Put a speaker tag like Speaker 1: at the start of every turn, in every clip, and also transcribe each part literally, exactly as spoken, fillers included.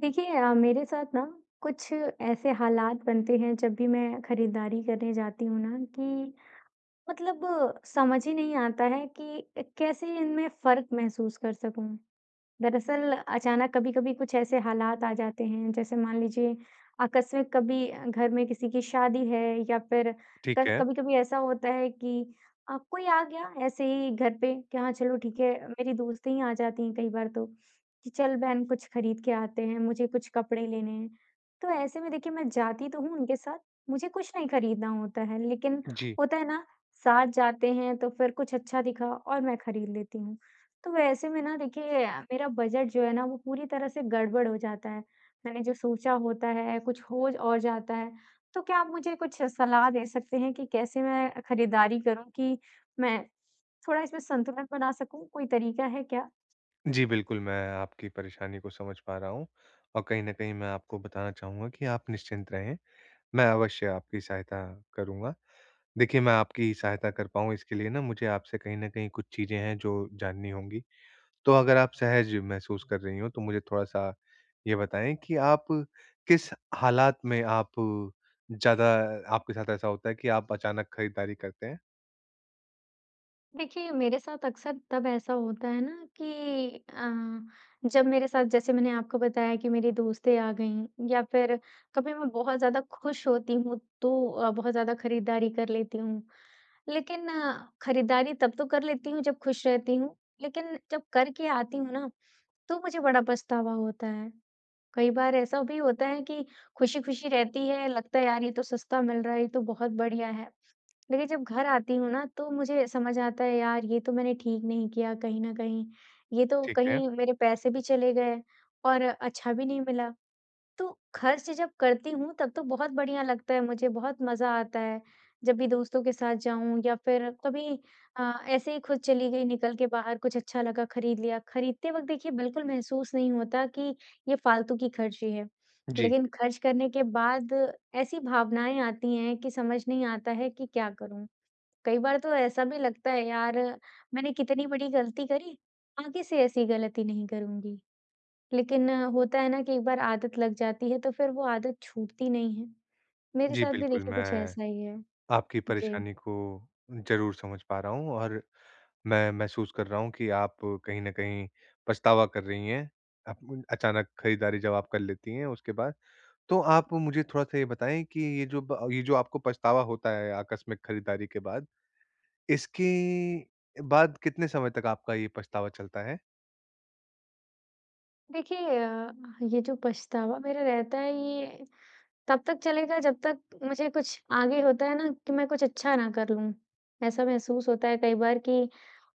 Speaker 1: देखिए अ, मेरे साथ ना कुछ ऐसे हालात बनते हैं जब भी मैं खरीदारी करने जाती हूँ ना कि मतलब अ, समझ ही नहीं आता है कि कैसे इनमें फर्क महसूस कर सकूं। दरअसल अचानक कभी-कभी कुछ ऐसे हालात आ जाते हैं, जैसे मान लीजिए आकस्मिक कभी अ, घर में किसी की शादी है या फिर
Speaker 2: ठीक
Speaker 1: क
Speaker 2: है।
Speaker 1: कभी-कभी ऐसा होता है कि अ, कोई आ गया ऐसे ही घर पे कि हाँ, चलो ठीक है, मेरी दोस्तें ही आ जाती हैं कई बार तो, कि चल बहन कुछ खरीद के आते हैं, मुझे कुछ कपड़े लेने हैं। तो ऐसे में देखिए मैं जाती तो हूँ उनके साथ, मुझे कुछ नहीं खरीदना होता है, लेकिन
Speaker 2: जी।
Speaker 1: होता है ना, साथ जाते हैं तो फिर कुछ अच्छा दिखा और मैं खरीद लेती हूँ। तो वैसे में ना देखिए मेरा बजट जो है ना वो पूरी तरह से गड़बड़ हो जाता है। मैंने जो सोचा होता है कुछ हो और जाता है। तो क्या आप मुझे कुछ सलाह दे सकते हैं कि कैसे मैं खरीदारी करूँ कि मैं थोड़ा इसमें संतुलन बना सकूँ? कोई तरीका है क्या?
Speaker 2: जी, बिल्कुल, मैं आपकी परेशानी को समझ पा रहा हूँ और कहीं न कहीं मैं आपको बताना चाहूँगा कि आप निश्चिंत रहें, मैं अवश्य आपकी सहायता करूँगा। देखिए, मैं आपकी सहायता कर पाऊँ इसके लिए ना मुझे आपसे कहीं न कहीं कुछ चीज़ें हैं जो जाननी होंगी। तो अगर आप सहज महसूस कर रही हों, तो मुझे थोड़ा-सा ये बताएँ कि आप किस हालात में आप ज़्यादा आपके साथ ऐसा होता है कि आप अचानक खरीदारी करते हैं?
Speaker 1: देखिए, मेरे साथ अक्सर तब ऐसा होता है ना कि अ, जब मेरे साथ जैसे मैंने आपको बताया कि मेरी दोस्तें आ गईं या फिर कभी मैं बहुत ज़्यादा खुश होती हूँ तो अ, बहुत ज़्यादा खरीदारी कर लेती हूँ। लेकिन अ, खरीदारी तब तो कर लेती हूँ जब खुश रहती हूँ, लेकिन जब करके आती हूँ ना, तो मुझे बड़ा पछतावा होता है। कई बार ऐसा भी होता है कि खुशी-खुशी रहती है, लगता है यार ये तो सस्ता मिल रहा है, ये तो बहुत बढ़िया है। लेकिन जब घर आती हूँ ना, तो मुझे समझ आता है यार ये तो मैंने ठीक नहीं किया कहीं न कहीं। ये तो
Speaker 2: ठीक है।
Speaker 1: कहीं मेरे पैसे भी चले गए और अच्छा भी नहीं मिला। तो खर्च जब करती हूँ तब तो बहुत बढ़िया लगता है मुझे, बहुत मज़ा आता है। जब भी दोस्तों के साथ जाऊँ या फिर कभी अ, ऐसे ही खुद चली गई निकल के बाहर कुछ अच्छा लगा खरीद लिया। खरीदते वक़्त देखिए बिल्कुल महसूस नहीं होता कि ये फ़ालतू की खर्ची है।
Speaker 2: जी।
Speaker 1: लेकिन खर्च करने के बाद ऐसी भावनाएँ आती हैं कि समझ नहीं आता है कि क्या करूँ? कई बार तो ऐसा भी लगता है यार मैंने कितनी बड़ी गलती करी, आगे से ऐसी गलती नहीं करूँगी। लेकिन अ, होता है ना कि एक बार आदत लग जाती है, तो फिर वो आदत छूटती नहीं है। मेरे
Speaker 2: जी,
Speaker 1: साथ भी
Speaker 2: बिल्कुल,
Speaker 1: देखिए कुछ
Speaker 2: मैं
Speaker 1: ऐसा ही है।
Speaker 2: आपकी
Speaker 1: जी।
Speaker 2: परेशानी को ज़रूर समझ पा रहा हूँ और मैं महसूस कर रहा हूँ कि आप कहीं न कहीं पछतावा कर रही हैं, आप अचानक खरीदारी जब आप कर लेती हैं उसके बाद। तो आप मुझे थोड़ा-सा ये बताएँ कि ये जो ब ये जो आपको पछतावा होता है आकस्मिक खरीदारी के बाद, इसके बाद कितने समय तक आपका ये पछतावा चलता है?
Speaker 1: देखिए अ, ये जो पछतावा मेरा रहता है ये तब तक चलेगा जब तक मुझे कुछ आगे होता है ना कि मैं कुछ अच्छा ना कर लूँ। ऐसा महसूस होता है कई बार कि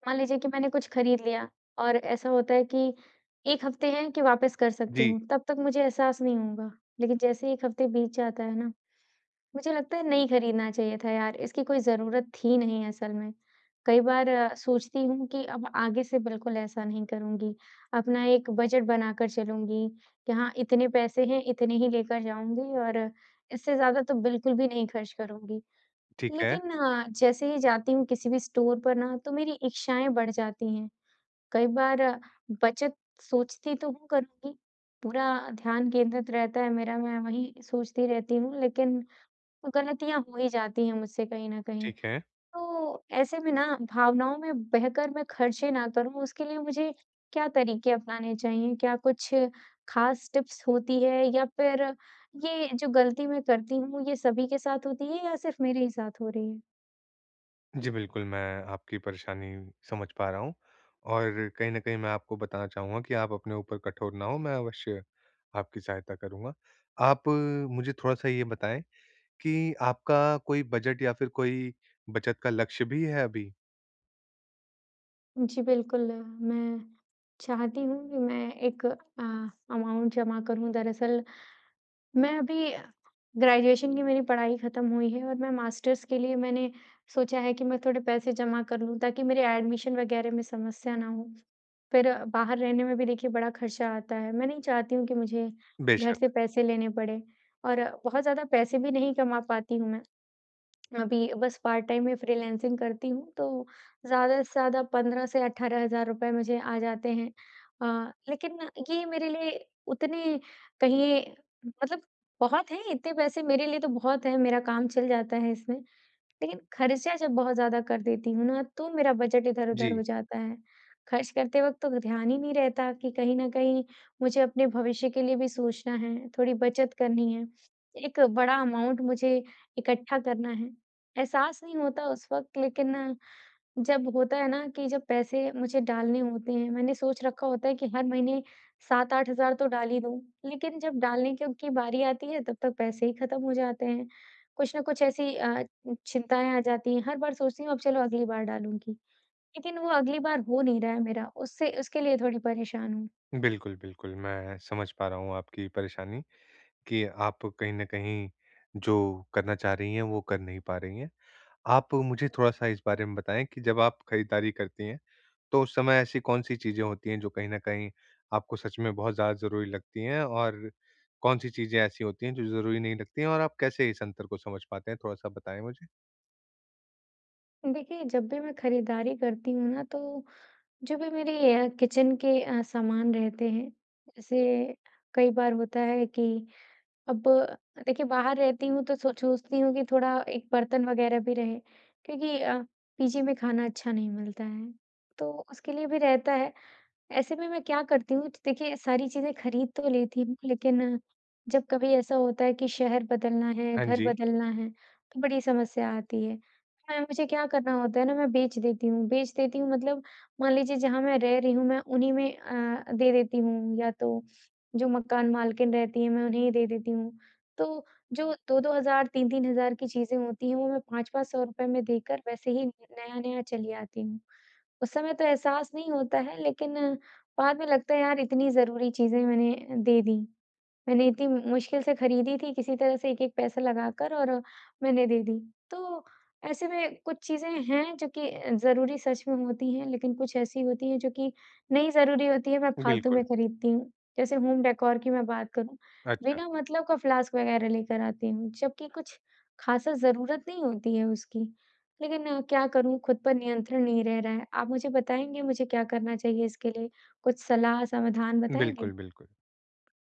Speaker 1: मान लीजिए कि मैंने कुछ खरीद लिया और ऐसा होता है कि एक हफ्ते हैं कि वापस कर सकती
Speaker 2: जी,
Speaker 1: हूँ, तब तक मुझे एहसास नहीं होगा। लेकिन जैसे एक हफ्ते बीत जाता है ना मुझे लगता है नहीं खरीदना चाहिए था यार, इसकी कोई ज़रूरत थी नहीं असल में। कई बार अ, सोचती हूँ कि अब आगे से बिल्कुल ऐसा नहीं करूँगी। अपना एक बजट बनाकर चलूँगी कि हाँ, इतने पैसे हैं, इतने ही लेकर जाऊँगी और इससे ज़्यादा तो बिल्कुल भी नहीं खर्च करूँगी।
Speaker 2: ठीक है,
Speaker 1: लेकिन अ, जैसे ही जाती हूँ किसी भी स्टोर पर ना, तो मेरी इच्छाएँ बढ़ जाती हैं। कई बार अ, बचत सोचती तो हूँ करूँगी, पूरा ध्यान केंद्रित रहता है मेरा, मैं वही सोचती रहती हूँ, लेकिन गलतियाँ हो ही जाती हैं मुझसे कहीं न कहीं।
Speaker 2: ठीक है।
Speaker 1: तो ऐसे में ना भावनाओं में बहकर मैं खर्चे ना करूँ उसके लिए मुझे क्या तरीके अपनाने चाहिए? क्या कुछ ख़ास टिप्स होती है या फिर ये जो गलती मैं करती हूँ ये सभी के साथ होती है या सिर्फ़ मेरे ही साथ हो रही है?
Speaker 2: जी, बिल्कुल, मैं आपकी परेशानी समझ पा रहा हूँ और कहीं न कहीं मैं आपको बताना चाहूँगा कि आप अपने ऊपर कठोर ना हों, मैं अवश्य आपकी सहायता करूँगा। आप अ, मुझे थोड़ा-सा ये बताएँ कि आपका कोई बजट या फिर कोई बचत का लक्ष्य भी है अभी?
Speaker 1: जी बिल्कुल, मैं चाहती हूँ कि मैं एक अ, अमाउंट जमा करूँ। दरअसल मैं अभी ग्रेजुएशन की मेरी पढ़ाई ख़त्म हुई है और मैं मास्टर्स के लिए मैंने सोचा है कि मैं थोड़े पैसे जमा कर लूँ ताकि मेरे एडमिशन वग़ैरह में समस्या ना हो। फिर बाहर रहने में भी देखिए बड़ा खर्चा आता है। मैं नहीं चाहती हूँ कि मुझे घर
Speaker 2: बेशक,
Speaker 1: से पैसे लेने पड़े और बहुत ज़्यादा पैसे भी नहीं कमा पाती हूँ मैं। अभी बस पार्ट टाइम में फ्रीलांसिंग करती हूँ, तो ज़्यादा से ज़्यादा पंद्रह से अठारह हज़ार रुपए मुझे आ जाते हैं। अ, लेकिन ये मेरे लिए उतने कहिए मतलब बहुत हैं, इतने पैसे मेरे लिए तो बहुत है, मेरा काम चल जाता है इसमें। लेकिन खर्चा जब बहुत ज़्यादा कर देती हूँ ना, तो मेरा बजट इधर-उधर
Speaker 2: जी।
Speaker 1: हो जाता है। खर्च करते वक़्त तो ध्यान ही नहीं रहता कि कहीं न कहीं मुझे अपने भविष्य के लिए भी सोचना है, थोड़ी बचत करनी है, एक बड़ा अमाउंट मुझे इकट्ठा करना है। एहसास नहीं होता उस वक़्त लेकिन जब होता है ना कि जब पैसे मुझे डालने होते हैं, मैंने सोच रखा होता है कि हर महीने सात आठ हज़ार तो डाल ही दूँ, लेकिन जब डालने की की बारी आती है तब तक पैसे ही खत्म हो जाते हैं। कुछ न कुछ ऐसी अ, चिंताएँ आ जाती हैं, हर बार सोचती हूँ अब चलो अगली बार डालूँगी, लेकिन वो अगली बार हो नहीं रहा है मेरा, उससे उसके लिए थोड़ी परेशान हूँ।
Speaker 2: बिल्कुल, बिल्कुल, मैं समझ पा रहा हूँ आपकी परेशानी कि आप कहीं न कहीं जो करना चाह रही हैं, वो कर नहीं पा रही हैं। आप मुझे थोड़ा-सा इस बारे में बताएँ कि जब आप खरीदारी करती हैं, तो उस समय ऐसी कौन-सी चीज़ें होती हैं जो कहीं न कहीं आपको सच में बहुत ज़्यादा ज़रूरी लगती हैं? और कौन-सी चीज़ें ऐसी होती हैं जो ज़रूरी नहीं लगती हैं और आप कैसे इस अंतर को समझ पाते हैं? थोड़ा-सा बताएँ मुझे।
Speaker 1: देखिए, जब भी मैं खरीदारी करती हूँ ना तो जो भी मेरे अ, किचन के अ, सामान रहते हैं, जैसे कई बार होता है कि अब देखिए बाहर रहती हूँ तो सो सोचती हूँ कि थोड़ा एक बर्तन वगैरह भी रहे, क्योंकि अ, पीजी में खाना अच्छा नहीं मिलता है, तो उसके लिए भी रहता है। ऐसे में मैं क्या करती हूँ देखिए सारी चीज़ें खरीद तो लेती हूँ लेकिन जब कभी ऐसा होता है कि शहर बदलना है,
Speaker 2: हाँ
Speaker 1: घर
Speaker 2: जी,
Speaker 1: बदलना है तो बड़ी समस्या आती है। मैं मुझे क्या करना होता है ना मैं बेच देती हूँ, बेच देती हूँ मतलब मान लीजिए जहाँ मैं रह रही हूँ मैं उन्हीं में अ, दे देती हूँ या तो जो मकान मालकिन रहती है मैं उन्हें ही दे देती हूँ। तो जो दो दो हज़ार तीन तीन हज़ार की चीज़ें होती हैं वो मैं पाँच पाँच सौ रुपए में देकर वैसे ही नया-नया चली आती हूँ। उस समय तो एहसास नहीं होता है लेकिन बाद में लगता है यार इतनी ज़रूरी चीज़ें मैंने दे दी। मैंने इतनी मुश्किल से खरीदी थी, किसी तरह से एक-एक पैसा लगाकर और मैंने दे दी। तो ऐसे में कुछ चीज़ें हैं जो कि अ, ज़रूरी सच में होती हैं, लेकिन कुछ ऐसी होती हैं जो कि नहीं ज़रूरी होती है, मैं फालतू
Speaker 2: बिल्कुल।
Speaker 1: में खरीदती हूँ। जैसे होम डेकोर की मैं बात करूँ,
Speaker 2: अच्छा,
Speaker 1: बिना मतलब का फ्लास्क वगैरह लेकर आती हूँ, जबकि कुछ ख़ासा ज़रूरत नहीं होती है उसकी। लेकिन अ, क्या करूँ, खुद पर नियंत्रण नहीं रह रहा है। आप मुझे बताएँगे मुझे क्या करना चाहिए इसके लिए? कुछ सलाह, समाधान बताएँगे?
Speaker 2: बिल्कुल, बिल्कुल।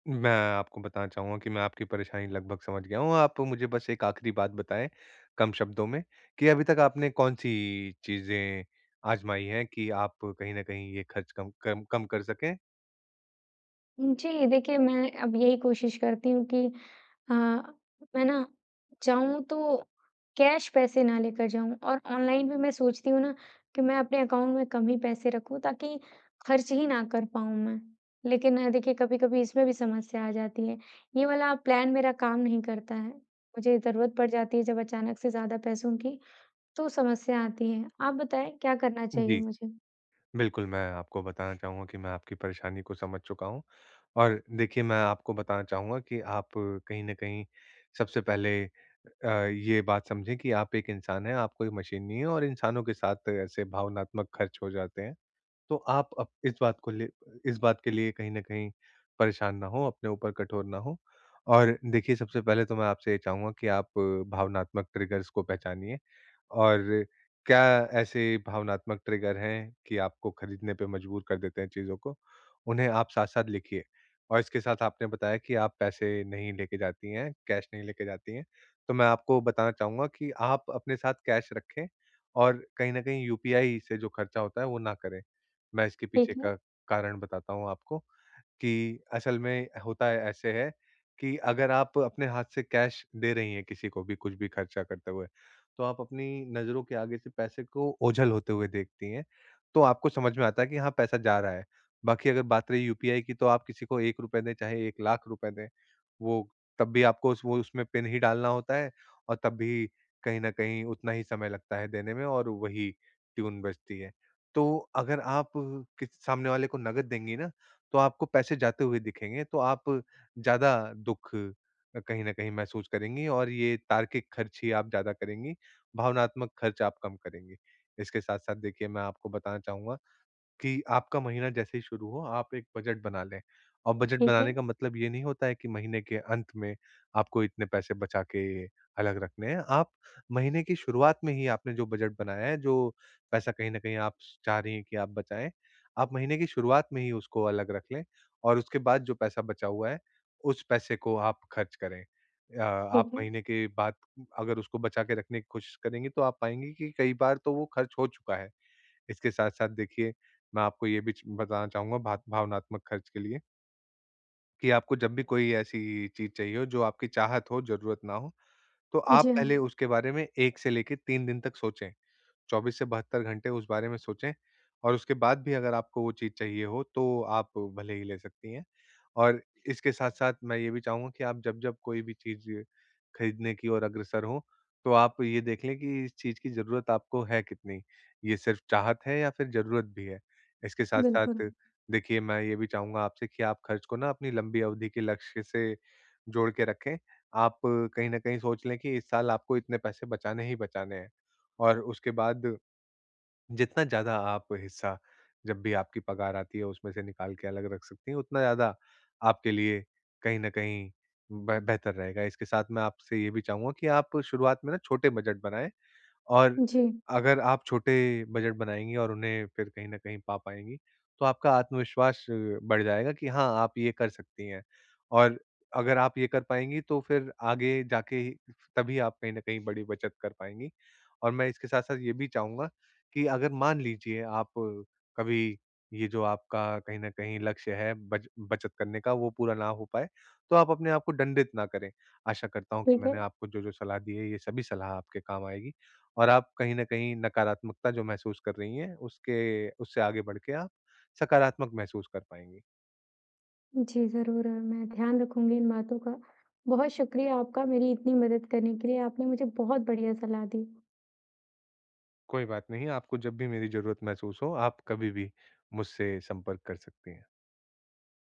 Speaker 2: मैं आपको बताना चाहूँगा कि मैं आपकी परेशानी लगभग समझ गया हूँ। आप मुझे बस एक आखिरी बात बताएँ कम शब्दों में कि अभी तक आपने कौन-सी चीज़ें आज़माई हैं कि आप कहीं न कहीं ये खर्च कम कम कम कर सकें?
Speaker 1: जी, देखिए मैं अब यही कोशिश करती हूँ कि अ, मैं ना जाऊँ तो कैश पैसे ना लेकर जाऊँ और ऑनलाइन भी मैं सोचती हूँ ना कि मैं अपने अकाउंट में कम ही पैसे रखूँ ताकि खर्च ही ना कर पाऊँ मैं। लेकिन आ, देखिए कभी-कभी इसमें भी समस्या आ जाती है। ये वाला प्लान मेरा काम नहीं करता है। मुझे ज़रूरत पड़ जाती है जब अचानक से ज़्यादा पैसों की तो समस्या आती है। आप बताएँ क्या करना चाहिए
Speaker 2: जी,
Speaker 1: मुझे?
Speaker 2: बिल्कुल मैं आपको बताना चाहूँगा कि मैं आपकी परेशानी को समझ चुका हूँ। और देखिए मैं आपको बताना चाहूँगा कि आप कहीं न कहीं सबसे पहले अ, ये बात समझें कि आप एक इंसान हैं, आप कोई मशीन नहीं हैं और इंसानों के साथ ऐसे भावनात्मक खर्च हो जाते हैं। तो आप अप इस बात को ले इस बात के लिए कहीं न कहीं परेशान ना हों, अपने ऊपर कठोर ना हों। और देखिए सबसे पहले तो मैं आपसे ये चाहूँगा कि आप भावनात्मक ट्रिगर्स को पहचानिए और क्या ऐसे भावनात्मक ट्रिगर हैं कि आपको खरीदने पे मजबूर कर देते हैं चीज़ों को? उन्हें आप साथ-साथ लिखिए और इसके साथ आपने बताया कि आप पैसे नहीं लेके जाती हैं, कैश नहीं लेके जाती हैं। तो मैं आपको बताना चाहूँगा कि आप अपने साथ कैश रखें और कहीं न कहीं यूपीआई से जो खर्चा होता है, वो ना करें। मैं इसके पीछे
Speaker 1: ठीक है,
Speaker 2: का कारण बताता हूँ आपको। कि असल में होता है ऐसे है कि अगर आप अपने हाथ से कैश दे रही हैं किसी को भी कुछ भी खर्चा करते हुए, तो आप अपनी नज़रों के आगे से पैसे को ओझल होते हुए देखती हैं, तो आपको समझ में आता है कि हाँ, पैसा जा रहा है। बाकी अगर बात रही यूपीआई की तो आप किसी को ₹एक रुपया दें चाहे एक लाख रुपए दें, वो तब भी आपको उस वो उसमें पिन ही डालना होता है और तब भी कहीं न कहीं उतना ही समय लगता है देने में और वही ट्यून बजती है। तो अगर आप किस सामने वाले को नकद देंगी ना तो आपको पैसे जाते हुए दिखेंगे, तो आप ज़्यादा दुःख अ, कहीं न कहीं महसूस करेंगी और ये तार्किक खर्च ही आप ज़्यादा करेंगी, भावनात्मक खर्च आप कम करेंगी। इसके साथ-साथ देखिए मैं आपको बताना चाहूँगा कि आपका महीना जैसे ही शुरू हो, आप एक बजट बना लें। और बजट
Speaker 1: ठीक है,
Speaker 2: बनाने का मतलब ये नहीं होता है कि महीने के अंत में आपको इतने पैसे बचा के अलग रखने हैं। आप महीने की शुरुआत में ही आपने जो बजट बनाया है, जो पैसा कहीं न कहीं आप स चाह रही हैं कि आप बचाएँ, आप महीने की शुरुआत में ही उसको अलग रख लें और उसके बाद जो पैसा बचा हुआ है, उस पैसे को आप खर्च करें। अ, आप
Speaker 1: ठीक है।
Speaker 2: महीने के बाद अगर उसको बचा के रखने की कोशिश करेंगी, तो आप पाएँगी कि कई बार तो वो खर्च हो चुका है। इसके साथ-साथ देखिए मैं आपको ये भी च बताना चाहूँगा भात भावनात्मक खर्च के लिए कि आपको जब भी कोई ऐसी चीज़ चाहिए हो जो आपकी चाहत हो, ज़रूरत ना हो, तो आप
Speaker 1: जी हाँ,
Speaker 2: पहले उसके बारे में एक से लेके तीन दिन तक सोचें। चौबीस से बहत्तर घंटे उस बारे में सोचें और उसके बाद भी अगर आपको वो चीज़ चाहिए हो, तो आप भले ही ले सकती हैं। और इसके साथ-साथ मैं ये भी चाहूँगा कि आप जब-जब कोई भी चीज़ खरीदने की ओर अग्रसर हों, तो आप ये देख लें कि इस चीज़ की ज़रूरत आपको है कितनी? ये सिर्फ़ चाहत है या फिर ज़रूरत भी है? इसके
Speaker 1: बिल्कुल।
Speaker 2: साथ-साथ देखिए, मैं ये भी चाहूँगा आपसे कि आप खर्च को ना अपनी लंबी अवधि के लक्ष्य से जोड़ के रखें। आप कहीं न कहीं सोच लें कि इस साल आपको इतने पैसे बचाने ही बचाने हैं और उसके बाद जितना ज़्यादा आप हिस्सा जब भी आपकी पगार आती है उसमें से निकाल के अलग रख सकती हैं, उतना ज़्यादा आपके लिए कहीं न कहीं ब बेहतर रहेगा। इसके साथ मैं आपसे ये भी चाहूँगा कि आप शुरुआत में ना छोटे बजट बनाएँ और
Speaker 1: जी।
Speaker 2: अगर आप छोटे बजट बनाएँगी और उन्हें फिर कहीं न कहीं पा पाएँगी, तो आपका आत्मविश्वास अ, बढ़ जाएगा कि हाँ, आप ये कर सकती हैं। और अगर आप ये कर पाएँगी तो फिर आगे जाके ही तभी आप कहीं न कहीं बड़ी बचत कर पाएँगी। और मैं इसके साथ-साथ ये भी चाहूँगा कि अगर मान लीजिए आप अ, कभी ये जो आपका कहीं न कहीं लक्ष्य है बच बचत करने का वो पूरा ना हो पाए, तो आप अपने आप को दंडित ना करें। आशा करता हूँ कि
Speaker 1: ठीक है।
Speaker 2: मैंने आपको जो-जो सलाह दी है, ये सभी सलाह आपके काम आएगी। और आप कहीं न कहीं नकारात्मकता जो महसूस कर रही हैं, उसके उससे आगे बढ़ के आप सकारात्मक महसूस कर पाएँगी।
Speaker 1: जी, ज़रूर और मैं ध्यान रखूँगी इन बातों का। बहुत शुक्रिया आपका मेरी इतनी मदद करने के लिए, आपने मुझे बहुत बढ़िया सलाह दी।
Speaker 2: कोई बात नहीं, आपको जब भी मेरी ज़रूरत महसूस हो, आप कभी भी मुझसे संपर्क कर सकती हैं।